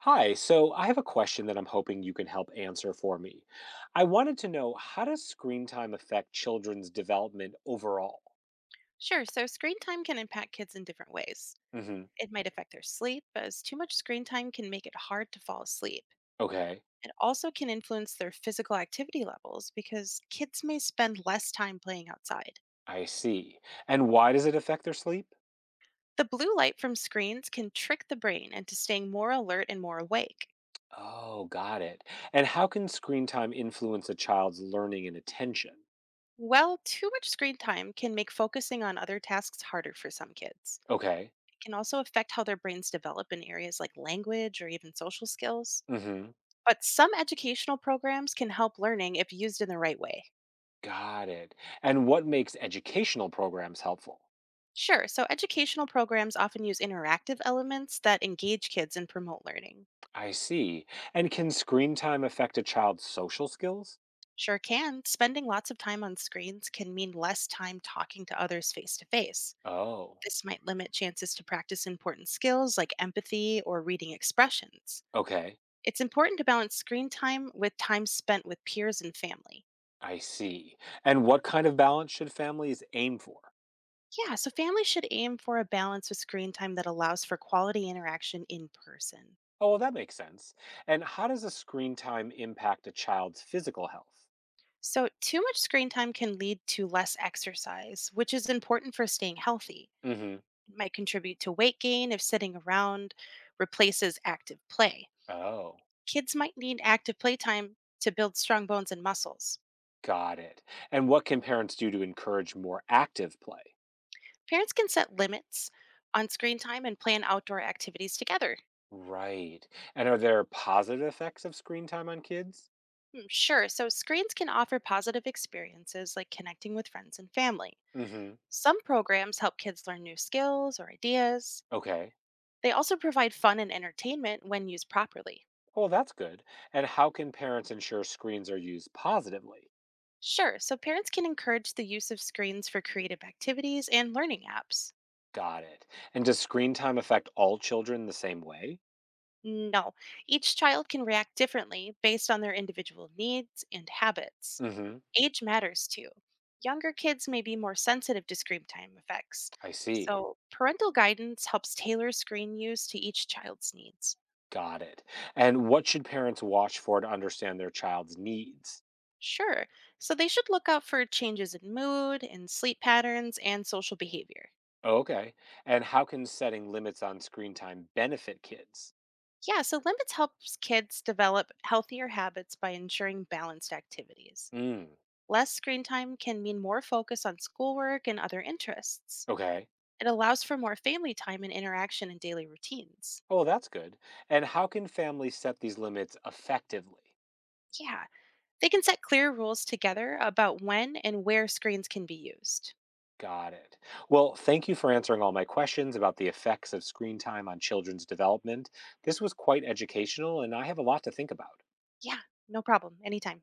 Hi, so I have a question that I'm hoping you can help answer for me. I wanted to know, how does screen time affect children's development overall? Sure. So screen time can impact kids in different ways. Hmm. It might affect their sleep, as too much screen time can make it hard to fall asleep. Okay. It also can influence their physical activity levels because kids may spend less time playing outside. I see. And why does it affect their sleep? The blue light from screens can trick the brain into staying more alert and more awake. Oh, got it. And how can screen time influence a child's learning and attention? Well, too much screen time can make focusing on other tasks harder for some kids. Okay. It can also affect how their brains develop in areas like language or even social skills. Hmm. But some educational programs can help learning if used in the right way. Got it. And what makes educational programs helpful? Sure, so educational programs often use interactive elements that engage kids and promote learning. I see. And can screen time affect a child's social skills? Sure can. Spending lots of time on screens can mean less time talking to others face to face. Oh, This might limit chances to practice important skills like empathy or reading expressions. okay. It's important to balance screen time with time spent with peers and family. I see. And what kind of balance should families aim for? Yeah, so families should aim for a balance with screen time that allows for quality interaction in person. Oh, well, that makes sense. And how does a screen time impact a child's physical health? So, too much screen time can lead to less exercise, which is important for staying healthy. Hmm. It might contribute to weight gain if sitting around replaces active play. Oh, Kids might need active playtime to build strong bones and muscles. got it. And what can parents do to encourage more active play? Parents can set limits on screen time and plan outdoor activities together. Right. And are there positive effects of screen time on kids? Sure, so screens can offer positive experiences like connecting with friends and family. Hmm. Some programs help kids learn new skills or ideas. Okay. They also provide fun and entertainment when used properly. Well, that's good. And how can parents ensure screens are used positively? Sure, so parents can encourage the use of screens for creative activities and learning apps. Got it. And does screen time affect all children the same way? No, each child can react differently based on their individual needs and habits. Hmm. Age matters too. Younger kids may be more sensitive to screen time effects. I see. So, parental guidance helps tailor screen use to each child's needs. Got it. And what should parents watch for to understand their child's needs? Sure, so they should look out for changes in mood and sleep patterns and social behavior. Okay. And how can setting limits on screen time benefit kids? Yeah, so limits helps kids develop healthier habits by ensuring balanced activities. Mm. Less screen time can mean more focus on schoolwork and other interests. Okay. It allows for more family time and interaction in daily routines. Oh, well, that's good. And how can families set these limits effectively? Yeah, they can set clear rules together about when and where screens can be used. Got it. Well, thank you for answering all my questions about the effects of screen time on children's development. This was quite educational, and I have a lot to think about. Yeah, no problem, anytime.